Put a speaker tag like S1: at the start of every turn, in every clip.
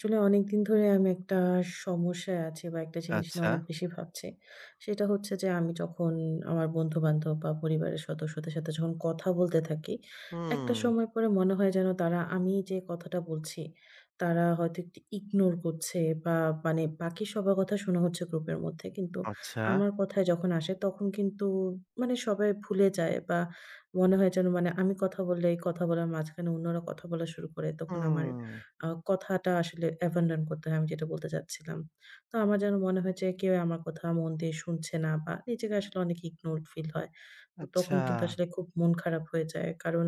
S1: আসলে অনেকদিন ধরে আমি একটা সমস্যায় আছি বা একটা জিনিস নিয়ে
S2: আচ্ছা।
S1: অনেক বেশি ভাবছি। সেটা হচ্ছে যে আমি যখন আমার বন্ধু-বান্ধব বা পরিবারের সদস্যদের সাথে যখন কথা বলতে থাকি, একটা
S2: হুম,
S1: সময় পরে মনে হয় যেন তারা আমি যে কথাটা বলছি, তারা হয়তো একটু ইগনোর করছে বা মানে বাকি সবার কথা শোনা হচ্ছে গ্রুপের মধ্যে। কিন্তু
S2: আচ্ছা।
S1: আমার কথায় যখন আসে তখন কিন্তু মানে সবাই ভুলে যায় বা মনে হয় যেন মানে আমি কথা বললে, কথা বলার মাঝখানে অন্যরা কথা বলা শুরু করে তখন আমার
S2: হুম,
S1: কথাটা আসলে abandon করতে হয় আমি যেটা বলতে চাচ্ছিলাম। তো আমার যেন মনে হয় যে কেউ আমার কথা মন দিয়ে শুনছে না বা নিজেকে আসলে অনেক ignored ফিল হয়। তো
S2: আচ্ছা,
S1: তখন কিন্তু আসলে খুব মন খারাপ হয়ে যায়। কারণ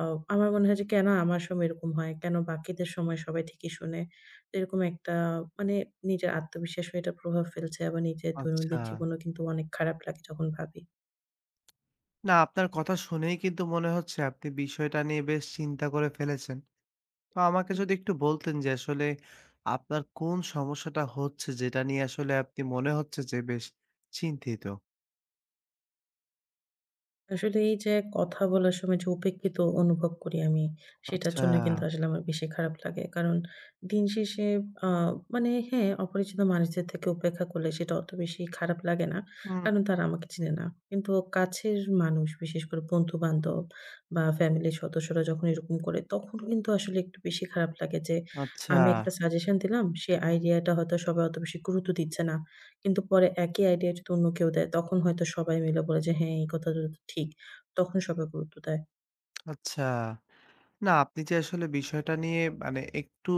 S1: আ আমার মনে হয় যে কেন আমার সময় এরকম হয়? কেন বাকিদের সময় সবাই ঠিকই শোনে? এরকম একটা মানে নিজের আত্মবিশ্বাসেও এটা প্রভাব ফেলছে আবার নিজের দৈনন্দিন
S2: আচ্ছা।
S1: জীবনেও কিন্তু অনেক খারাপ লাগে যখন ভাবি।
S2: না আপনার কথা শুনেই কিন্তু মনে হচ্ছে আপনি বিষয়টা নিয়ে বেশ চিন্তা করে ফেলেছেন। তো আমাকে যদি একটু বলতেন যে আসলে আপনার কোন সমস্যাটা হচ্ছে যেটা নিয়ে আসলে আপনি মনে হচ্ছে যে বেশ চিন্তিত?
S1: আসলে এই যে কথা বলার সময় যে উপেক্ষিত অনুভব করি আমি, সেটার
S2: আচ্ছা।
S1: জন্য কিন্তু আসলে আমার বেশি খারাপ লাগে। কারণ দিন শেষে আ মানে হ্যাঁ, অপরিচিত মানুষদের থেকে উপেক্ষা করলে সেটা অত বেশি খারাপ লাগে না।
S2: হুম,
S1: কারণ তারা আমাকে চিনে না। কিন্তু কাছের মানুষ বিশেষ করে বন্ধু-বান্ধব বা ফ্যামিলির সদস্যরা যখন এরকম করে, তখন কিন্তু আসলে একটু বেশি খারাপ লাগে যে
S2: আচ্ছা,
S1: আমি একটা সাজেশন দিলাম, সে আইডিয়াটা হয়তো সবাই অত বেশি গুরুত্ব দিচ্ছে না। কিন্তু পরে একই আইডিয়া যদি অন্য কেউ দেয়, তখন হয়তো সবাই মিলে বলে যে, "হ্যাঁ, এই কথাটা তো ঠিক।" তখন সবাই গুরুত্ব দেয়।
S2: আচ্ছা। না আপনি যে আসলে বিষয়টা নিয়ে মানে একটু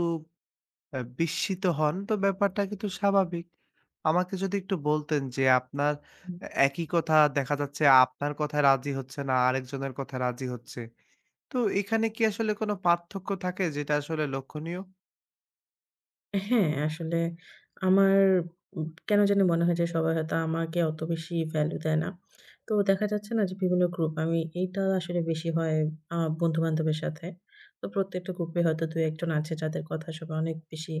S2: বিস্মিত হন, তো ব্যাপারটা কিন্তু স্বাভাবিক। আমাকে যদি একটু বলতেন যে আপনার এ একই কথা দেখা যাচ্ছে আপনার কথায় রাজি হচ্ছে না, আরেকজনের কথায় রাজি হচ্ছে। তো এখানে কি আসলে কোনো পার্থক্য থাকে যেটা আসলে লক্ষণীয়?
S1: হ্যাঁ, আসলে আমার কেন জানি মনে হয় যে সবাই হয়তো আমাকে অত বেশি ভ্যালু দেয় না। তো দেখা যাচ্ছে না যে বিভিন্ন গ্রুপ আমি এইটা আসলে বেশি হয় আমার বন্ধু-বান্ধবের সাথে। তো প্রত্যেকটা গ্রুপে হয়তো ২-১ জন আছে যাদের কথা সবাই অনেক বেশি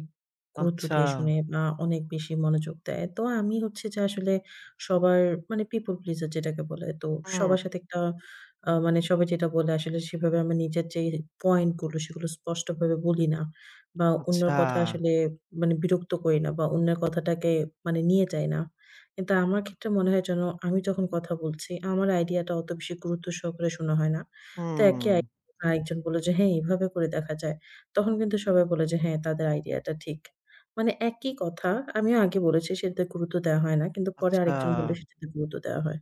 S1: গুরুত্ব
S2: আচ্ছা,
S1: দিয়ে শুনে বা অনেক বেশি মনোযোগ দেয়। তো আমি হচ্ছে যে আসলে সবার মানে people pleaser যেটাকে বলে।
S2: হুম।
S1: সবার সাথে একটা মানে সবাই যেটা বলে আসলে সেভাবে আমার নিজের যে পয়েন্ট গুলো সেগুলো স্পষ্টভাবে বলি না। বা অন্যের
S2: আচ্ছা।
S1: কথা আসলে মানে বিরক্ত করি না বা অন্যের কথাটাকে মানে নিয়ে যাই না। কিন্তু আমার ক্ষেত্রে মনে হয় যেন আমি যখন কথা বলছি আমার আইডিয়াটা অত বেশি গুরুত্ব সহকারে শোনা হয় না। তো
S2: হুম।
S1: একই আইডিয়া আরেকজন বলল যে, "হ্যাঁ, এভাবে করে দেখা যায়।" তখন কিন্তু সবাই বলে যে, "হ্যাঁ, তাদের আইডিয়াটা ঠিক।" মানে একই কথা আমিও আগে বলেছি সেটাতে গুরুত্ব দেওয়া হয় না। কিন্তু পরে
S2: আচ্ছা।
S1: আরেকজন বললে সেটাতে গুরুত্ব দেওয়া হয়।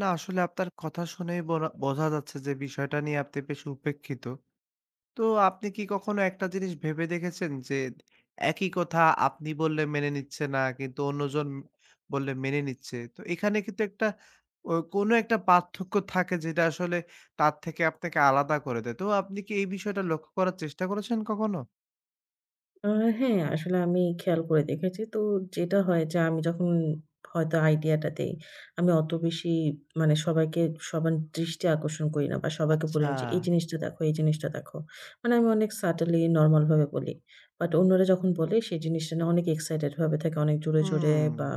S2: না আসলে আপনার কথা শুনেই বরা বোঝা যাচ্ছে যে বিষয়টা নিয়ে আপনি বেশ উপেক্ষিত। তো আপনি কি কখনো একটা জিনিস ভেবে দেখেছেন যে একই কথা আপনি বললে মেনে নিচ্ছে না, কিন্তু অন্যজন বললে মেনে নিচ্ছে। তো এখানে কিন্তু একটা ও কোনো একটা পার্থক্য থাকে যেটা আসলে তার থেকে আপনাকে আলাদা করে দেয়। তো আপনি কি এই বিষয়টা লক্ষ্য করার চেষ্টা করেছেন কখনো?
S1: আ হ্যাঁ, আসলে আমি খেয়াল করে দেখেছি। তো যেটা হয় যে আমি যখন হয়তো আইডিয়াটা দেই, আমি অত বেশি মানে সবাইকে সবার দৃষ্টি আকর্ষণ করি না বা সবাইকে বলি
S2: আচ্ছা।
S1: না যে, "এই জিনিসটা দেখো, এই জিনিসটা দেখো।" মানে আমি অনেক subtly নরমাল ভাবে বলি। বাট অন্যরা যখন বলে সেই জিনিসটা নিয়ে অনেক এক্সাইটেড ভাবে থাকে, অনেক জোরে, জোরে
S2: হুম,
S1: বা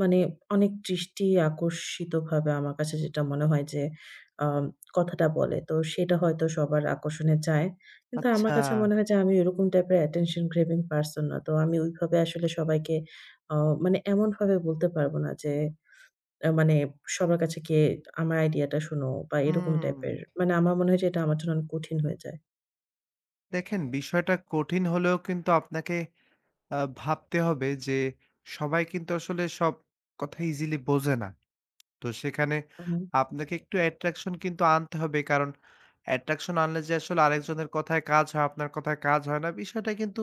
S1: মানে অনেক দৃষ্টি আকর্ষিতভাবে আমার কাছে যেটা মনে হয় যে আ কথাটা বলে। তো সেটা হয়তো সবার আকর্ষণে যায়। কিন্তু আমার
S2: আচ্ছা।
S1: কাছে মনে হয় যে আমি ওরকম টাইপের attention craving person না। তো আমি ওইভাবে আসলে সবাইকে আ মানে এমনভাবে বলতে পারব না যে মানে সবার কাছে গিয়ে আমার আইডিয়াটা শোনো বা এরকম
S2: হুম।
S1: টাইপের। মানে আমার মনে হয় যে এটা আমার জন্য অনেক কঠিন হয়ে যায়।
S2: দেখেন বিষয়টা কঠিন হলেও কিন্তু আপনাকে ভাবতে হবে যে সবাই কিন্তু আসলে সব কথা ইজিলি বোঝে না। তো সেখানে
S1: হুম,
S2: আপনাকে একটু অ্যাট্রাকশন কিন্তু আনতে হবে। কারণ অ্যাট্রাকশন আনলে যে আসলে আরেকজনের কথায় কাজ হয়, আপনার কথায় কাজ হয় না, বিষয়টা কিন্তু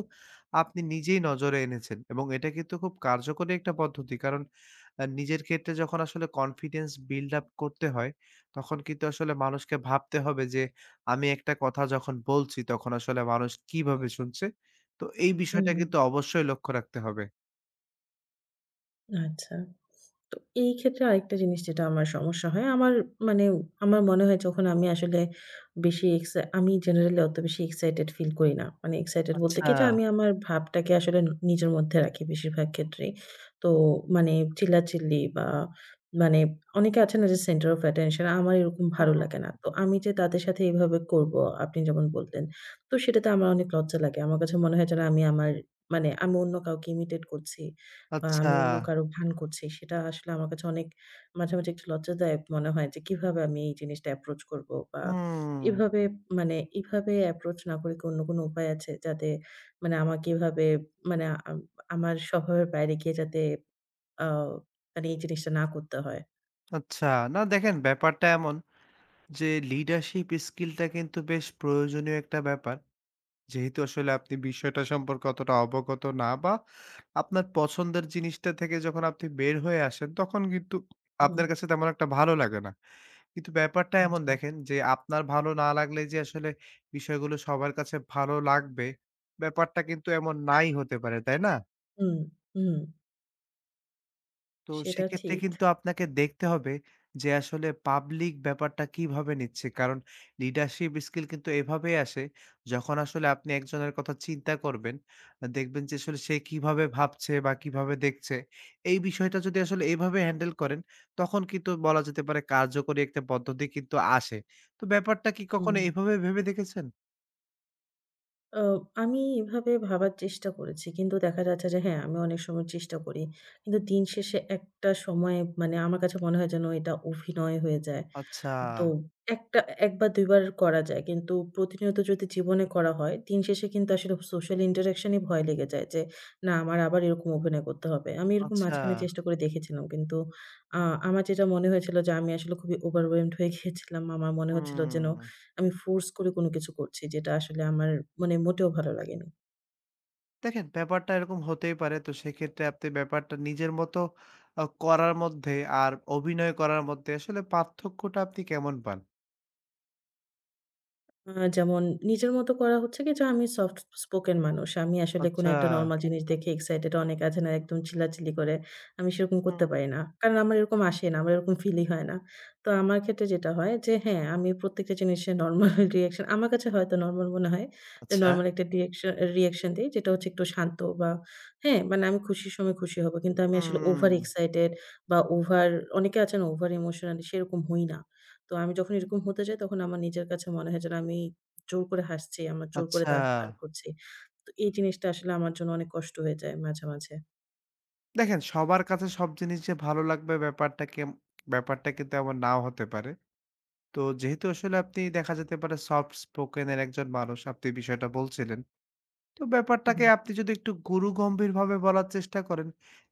S2: আপনি নিজেই নজরে এনেছেন এবং এটা কিন্তু খুব কার্যকরী একটা পদ্ধতি। কারণ নিজের ক্ষেত্রে যখন আসলে কনফিডেন্স বিল্ড আপ করতে হয়, তখন কিন্তু আসলে মানুষকে ভাবতে হবে যে আমি একটা কথা যখন বলছি, তখন আসলে মানুষ কিভাবে শুনছে। তো এই বিষয়টা
S1: হুম।
S2: কিন্তু অবশ্যই লক্ষ্য রাখতে হবে।
S1: আচ্ছা। তো এই ক্ষেত্রে আরেকটা জিনিস যেটা আমার সমস্যা হয়, আমার মানে আমার মনে হয় যখন আমি আসলে বেশি এক্সা আমি জেনারেলি অত বেশি এক্সাইটেড ফিল করি না। মানে এক্সাইটেড বলতে
S2: আচ্ছা।
S1: কি যে আমি আমার ভাবটাকে আসলে নিজের মধ্যে রাখি বেশিরভাগ ক্ষেত্রেই। তো মানে চিল্লাচিল্লি বা মানে অনেকে আছে না যে সেন্টার অফ অ্যাটেনশন আমার এরকম ভালো
S2: হুম।
S1: লাগে না। তো আমি যে তাদের সাথে এভাবে করব আপনি যেমন বললেন, তো সেটাতে আমার অনেক লজ্জা লাগে। আমার কাছে মনে হয় যেন আমি আমার মানে আমি অন্য কাউকে ইমিটেট করছি। বা
S2: আচ্ছা।
S1: আমি অন্য কারো ভান করছি, সেটা আসলে আমার কাছে অনেক মাঝে, মাঝে একটু লজ্জাদায়ক মনে হয় যে কিভাবে আমি এই জিনিসটা approach করব বা
S2: হুম।
S1: এভাবে মানে এভাবে approach না করে কি অন্য কোনো উপায় আছে যাতে মানে আমাকে এভাবে মানে আম আমার স্বভাবের বাইরে গিয়ে যাতে আ মানে এই জিনিসটা না করতে হয়?
S2: আচ্ছা, না দেখেন ব্যাপারটা এমন যে লিডারশিপ স্কিলটা কিন্তু বেশ প্রয়োজনীয় একটা ব্যাপার। যেহেতু আসলে আপনি বিষয়টা সম্পর্কে অতটা অবগত না বা আপনার পছন্দের জিনিসটা থেকে যখন আপনি বের হয়ে আসেন তখন কিন্তু
S1: হুম।
S2: আপনার কাছে তেমন একটা ভালো লাগে না। কিন্তু ব্যাপারটা এমন
S1: আচ্ছা।
S2: দেখেন যে আপনার ভালো না লাগলে যে আসলে বিষয়গুলো সবার কাছে ভালো লাগবে, ব্যাপারটা কিন্তু এমন নাই হতে পারে, তাই না?
S1: হুম, হুম।
S2: তো
S1: সেটা
S2: সেক্ষেত্রে
S1: ঠিক।
S2: কিন্তু আপনাকে দেখতে হবে যে আসলে পাবলিক ব্যাপারটা কিভাবে নিচ্ছে। কারণ লিডারশিপ স্কিল কিন্তু এভাবেই আসে যখন আসলে আপনি একজনের কথা চিন্তা করবেন, দেখবেন যে আসলে সে কিভাবে ভাবছে বা কিভাবে দেখছে। এই বিষয়টা যদি আসলে এভাবে হ্যান্ডেল করেন, তখন কিন্তু বলা যেতে পারে কার্যকরী একটা পদ্ধতি কিন্তু আসে। তো ব্যাপারটা কি
S1: হুম।
S2: কখনো এভাবে ভেবে দেখেছেন?
S1: আ আমি এভাবে ভাবার চেষ্টা করেছি। কিন্তু দেখা যাচ্ছে যে হ্যাঁ, আমি অনেক সময় চেষ্টা করি। কিন্তু দিন শেষে একটা সময়ে মানে আমার কাছে মনে হয় যেন এটা অভিনয় হয়ে যায়।
S2: আচ্ছা,
S1: তো একটা ১ বার ২ বার করা যায়। কিন্তু প্রতিনিয়ত যদি জীবনে করা হয়, দিন শেষে কিন্তু আসলে সোশ্যাল ইন্টারেকশন ই ভয় লেগে যায় যে, "না, আমার আবার এরকম অভিনয় করতে হবে।" আমি এরকম
S2: আচ্ছা।
S1: মাঝখানে চেষ্টা করে দেখেছিলাম। কিন্তু আ আমার যেটা মনে হয়েছিল যে, আমি আসলে খুবই overwhelmed হয়ে গিয়েছিলাম। আমার মনে হচ্ছিল যেন
S2: হুম।
S1: আমি ফোর্স করে কোনো কিছু করছি, যেটা আসলে আমার মানে মোটেও ভালো লাগেনি।
S2: দেখেন, ব্যাপারটা এরকম হতেই পারে। তো সেক্ষেত্রে আপনি ব্যাপারটা নিজের মতো করার মধ্যে আর অভিনয় করার মধ্যে আসলে পার্থক্যটা আপনি কেমন পান?
S1: আ যেমন নিজের মতো করা হচ্ছে কি যে আমি সফট স্পোকেন মানুষ। আমি আসলে কোনো
S2: আচ্ছা।
S1: একটা নরমাল জিনিস দেখে এক্সাইটেড অনেক আছে না একদম চিল্লাচিল্লি করে। আমি সেরকম করতে
S2: হুম,
S1: পারি না। কারণ আমার এরকম আসে না, আমার এরকম ফিলই হয় না। তো আমার ক্ষেত্রে যেটা হয় যে হ্যাঁ, আমি প্রত্যেকটা জিনিসের নরমাল রিঅ্যাকশন আমার কাছে হয়তো নরমাল মনে হয় যে
S2: আচ্ছা।
S1: নরমাল একটা রিঅ্যাকশন দেই যেটা হচ্ছে একটু শান্ত বা হ্যাঁ, মানে আমি খুশির সময় খুশি হব। কিন্তু আমি আসলে ওভার
S2: হুম।
S1: এক্সাইটেড বা ওভার অনেকে আছে না ওভার ইমোশনাল সেরকম হই না। তো আমি যখন এরকম হতে যাই তখন আমার নিজের কাছে মনে হয় যেন আমি জোর করে হাসছি, আমার জোর করে
S2: আচ্ছা।
S1: দাঁত বার করছি। তো এই জিনিসটা আসলে আমার জন্য অনেক কষ্ট হয়ে যায় মাঝে, মাঝে।
S2: দেখেন, সবার কাছে সব জিনিস যে ভালো লাগবে ব্যাপারটা ব্যাপারটা কিন্তু এমন নাও হতে পারে। তো যেহেতু আসলে আপনি দেখা যেতে পারে সফট স্পোকেন এর একজন মানুষ, আপনি বিষয়টা বলছিলেন। তো ব্যাপারটাকে
S1: উহু,
S2: আপনি যদি একটু গুরুগম্ভীরভাবে বলার চেষ্টা করেন,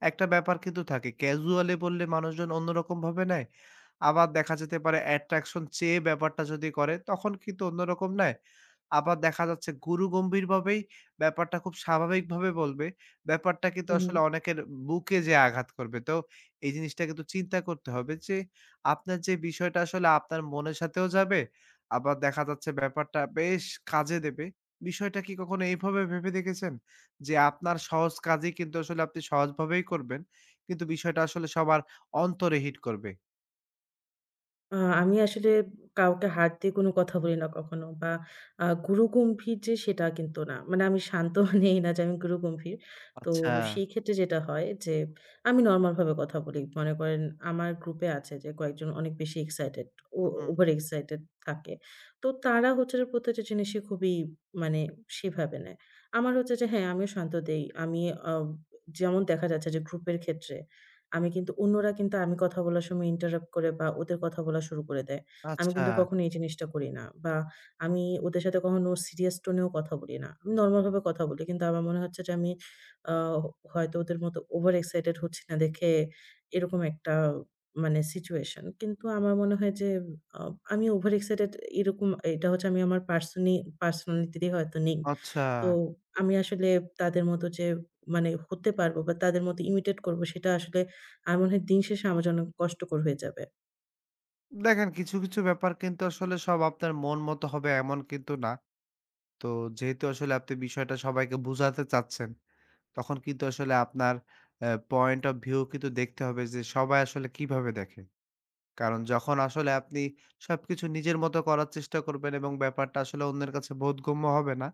S2: একটা ব্যাপার কিন্তু থাকে। ক্যাজুয়ালি বললে মানুষজন অন্যরকমভাবে নেয়। আবার দেখা যেতে পারে অ্যাট্রাকশন চেয়ে ব্যাপারটা যদি করে, তখন কিন্তু অন্যরকম নেয়। আবার দেখা যাচ্ছে গুরুগম্ভীরভাবেই ব্যাপারটা খুব স্বাভাবিকভাবে বলবে। ব্যাপারটা কিন্তু
S1: উহু।
S2: আসলে অনেকের বুকে যেয়ে আঘাত করবে। তো এই জিনিসটা কিন্তু চিন্তা করতে হবে যে, আপনার যে বিষয়টা আসলে আপনার মনের সাথেও যাবে, আবার দেখা যাচ্ছে ব্যাপারটা বেশ কাজে দেবে। বিষয়টা কি কখনো এইভাবে ভেবে দেখেছেন? যে আপনার সহজ কাজই কিন্তু আসলে আপনি সহজভাবেই করবেন। কিন্তু বিষয়টা আসলে সবার অন্তরে হিট করবে।
S1: আ আমি আসলে কাউকে হাত দিয়ে কোনো কথা বলি না কখনো বা গুরু গম্ভীর যে সেটা কিন্তু না। মানে আমি শান্ত নেই না যে আমি গুরু গম্ভীর। তো
S2: আচ্ছা,
S1: সেই ক্ষেত্রে যেটা হয় যে আমি নরমাল ভাবে কথা বলি। মনে করেন আমার গ্রুপে আছে যে কয়েকজন অনেক বেশি এক্সাইটেড, ও
S2: হুম।
S1: ওভার এক্সাইটেড থাকে। তো তারা হচ্ছে যে প্রত্যেকটা জিনিসই খুবই মানে সেভাবে নেয়। আমার হচ্ছে যে হ্যাঁ, আমিও শান্ত দেই। আমি আ যেমন দেখা যাচ্ছে যে গ্রুপের ক্ষেত্রে আমি কিন্তু অন্যরা কিন্তু আমি কথা বলার সময় ইন্টারাপ্ট করে বা ওদের কথা বলা শুরু করে দেয়। আমি
S2: আচ্ছা,
S1: কিন্তু কখনো এই জিনিসটা করি না। বা আমি ওদের সাথে কখনো সিরিয়াস টোনেও কথা বলি না। আমি নরমাল ভাবে কথা বলি। কিন্তু আমার মনে হচ্ছে যে আমি আ হয়তো ওদের মতো ওভার এক্সাইটেড হচ্ছি না দেখে এরকম একটা মানে সিচুয়েশন। কিন্তু আমার মনে হয় যে আ আমি ওভার এক্সাইটেড এরকম এটা হচ্ছে আমি আমার পার্সোনালিটিতে হয়তো নেই।
S2: আচ্ছা।
S1: তো আমি আসলে তাদের মতো যে মানে হতে পারবো বা তাদের মতো ইমিটেট করব সেটা আসলে আমার মনে হয় দিন শেষে আমার জন্য কষ্টকর হয়ে যাবে।
S2: দেখেন কিছু কিছু ব্যাপার কিন্তু আসলে সব আপনার মন মতো হবে এমন কিন্তু না। তো যেহেতু আসলে আপনি বিষয়টা সবাইকে বুঝাতে চাচ্ছেন, তখন কিন্তু আসলে আপনার পয়েন্ট অফ ভিউ কিন্তু দেখতে হবে যে সবাই আসলে কিভাবে দেখে। কারণ যখন আসলে আপনি সবকিছু নিজের মতো করার চেষ্টা করবেন এবং ব্যাপারটা আসলে অন্যের কাছে বোধগম্য হবে না,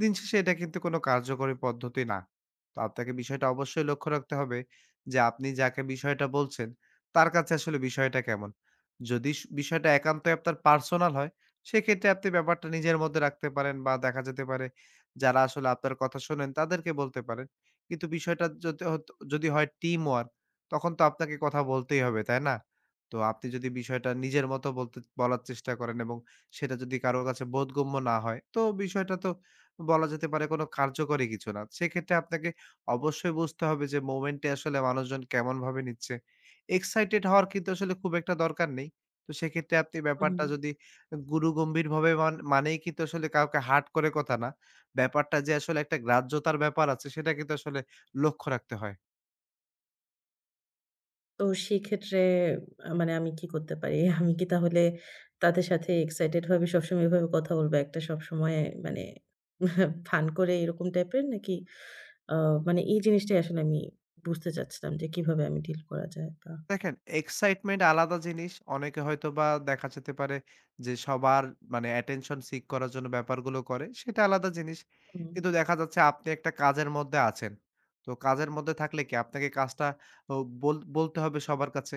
S2: দিন শেষে এটা কিন্তু কোনো কার্যকরী পদ্ধতি না। তো আপনাকে বিষয়টা অবশ্যই লক্ষ্য রাখতে হবে যে, আপনি যাকে বিষয়টা বলছেন, তার কাছে আসলে বিষয়টা কেমন? যদি বিষয়টা একান্তই আপনার পার্সোনাল হয়, সেক্ষেত্রে আপনি ব্যাপারটা নিজের মধ্যে রাখতে পারেন বা দেখা যেতে পারে যারা আসলে আপনার কথা শোনেন, তাদেরকে বলতে পারেন। কিন্তু বিষয়টা যদি হয় টিম ওয়ার্ক, তখন তো আপনাকে কথা বলতেই হবে, তাই না? তো আপনি যদি বিষয়টা নিজের মতো বলার চেষ্টা করেন এবং সেটা যদি কারো কাছে বোধগম্য না হয়, তো বিষয়টা তো বলা যেতে পারে কোনো কার্যকরী কিছু না। সেক্ষেত্রে আপনাকে অবশ্যই বুঝতে হবে যে মোমেন্টে আসলে মানুষজন কেমনভাবে নিচ্ছে। এক্সাইটেড হওয়ার কিন্তু আসলে খুব একটা দরকার নেই। তো সেক্ষেত্রে আপনি
S1: হুম।
S2: ব্যাপারটা যদি গুরুগম্ভীরভাবে মানেই কিন্তু আসলে কাউকে হার্ট করে কথা না। ব্যাপারটা যে আসলে একটা গ্রাহ্যতার ব্যাপার আছে সেটা কিন্তু আসলে লক্ষ্য রাখতে হয়।
S1: তো সেক্ষেত্রে মানে আমি কি করতে পারি? আমি কি তাহলে তাদের সাথে এক্সাইটেড ভাবে সবসময় এভাবে কথা বলবো? একটা সবসময় মানে ফান করে এরকম টাইপের নাকি আ মানে এই জিনিসটাই আসলে আমি বুঝতে চাচ্ছিলাম যে কিভাবে আমি ডিল করা যায় বা
S2: দেখেন এক্সাইটমেন্ট আলাদা জিনিস। অনেকে হয়তোবা দেখা যেতে পারে যে সবার মানে অ্যাটেনশন সিক করার জন্য ব্যাপারগুলো করে, সেটা আলাদা জিনিস।
S1: হুম,
S2: কিন্তু দেখা যাচ্ছে আপনি একটা কাজের মধ্যে আছেন। তো কাজের মধ্যে থাকলে কি আপনাকে কাজটা ও বলতে হবে সবার কাছে।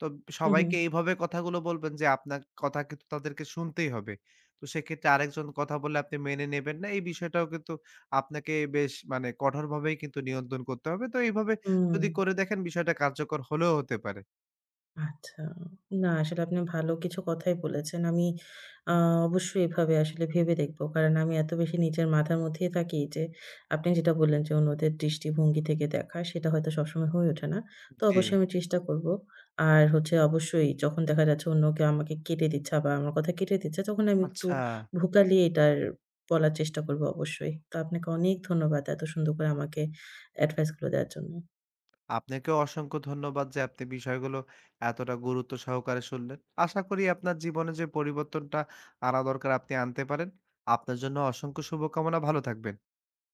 S2: তো
S1: হু, হু,
S2: সবাইকে এইভাবে কথাগুলো বলবেন যে আপনার কথা কিন্তু তাদেরকে শুনতেই হবে। তো সেক্ষেত্রে আরেকজন কথা বললে আপনি মেনে নেবেন না। এই বিষয়টাও কিন্তু আপনাকে বেশ মানে কঠোরভাবেই কিন্তু নিয়ন্ত্রণ করতে হবে। তো এইভাবে
S1: হুম।
S2: যদি করে দেখেন বিষয়টা কার্যকর হলেও হতে পারে।
S1: আচ্ছা। না আসলে আপনি ভালো কিছু কথাই বলেছেন। আমি আ অবশ্যই এভাবে আসলে ভেবে দেখব। কারণ আমি এত বেশি নিজের মাথার মধ্যেই থাকি যে, আপনি যেটা বললেন যে, অন্যদের দৃষ্টিভঙ্গি থেকে দেখা সেটা হয়তো সবসময় হয়ে ওঠে না। তো
S2: জি,
S1: অবশ্যই আমি চেষ্টা করব। আর হচ্ছে অবশ্যই যখন দেখা যাচ্ছে অন্য কেউ আমাকে কেটে দিচ্ছে বা আমার কথা কেটে দিচ্ছে তখন আমি একটু
S2: আচ্ছা।
S1: ভোকালিয়ে এটার বলার চেষ্টা করব অবশ্যই। তো আপনাকে অনেক ধন্যবাদ এত সুন্দর করে আমাকে এডভাইস গুলো দেওয়ার জন্য।
S2: আপনাকেও অসংখ্য ধন্যবাদ যে আপনি বিষয়গুলো এতটা গুরুত্ব সহকারে শুনলেন। আশা করি আপনার জীবনে যে পরিবর্তনটা আনা দরকার আপনি আনতে পারেন। আপনার জন্য অসংখ্য শুভকামনা। ভালো থাকবেন।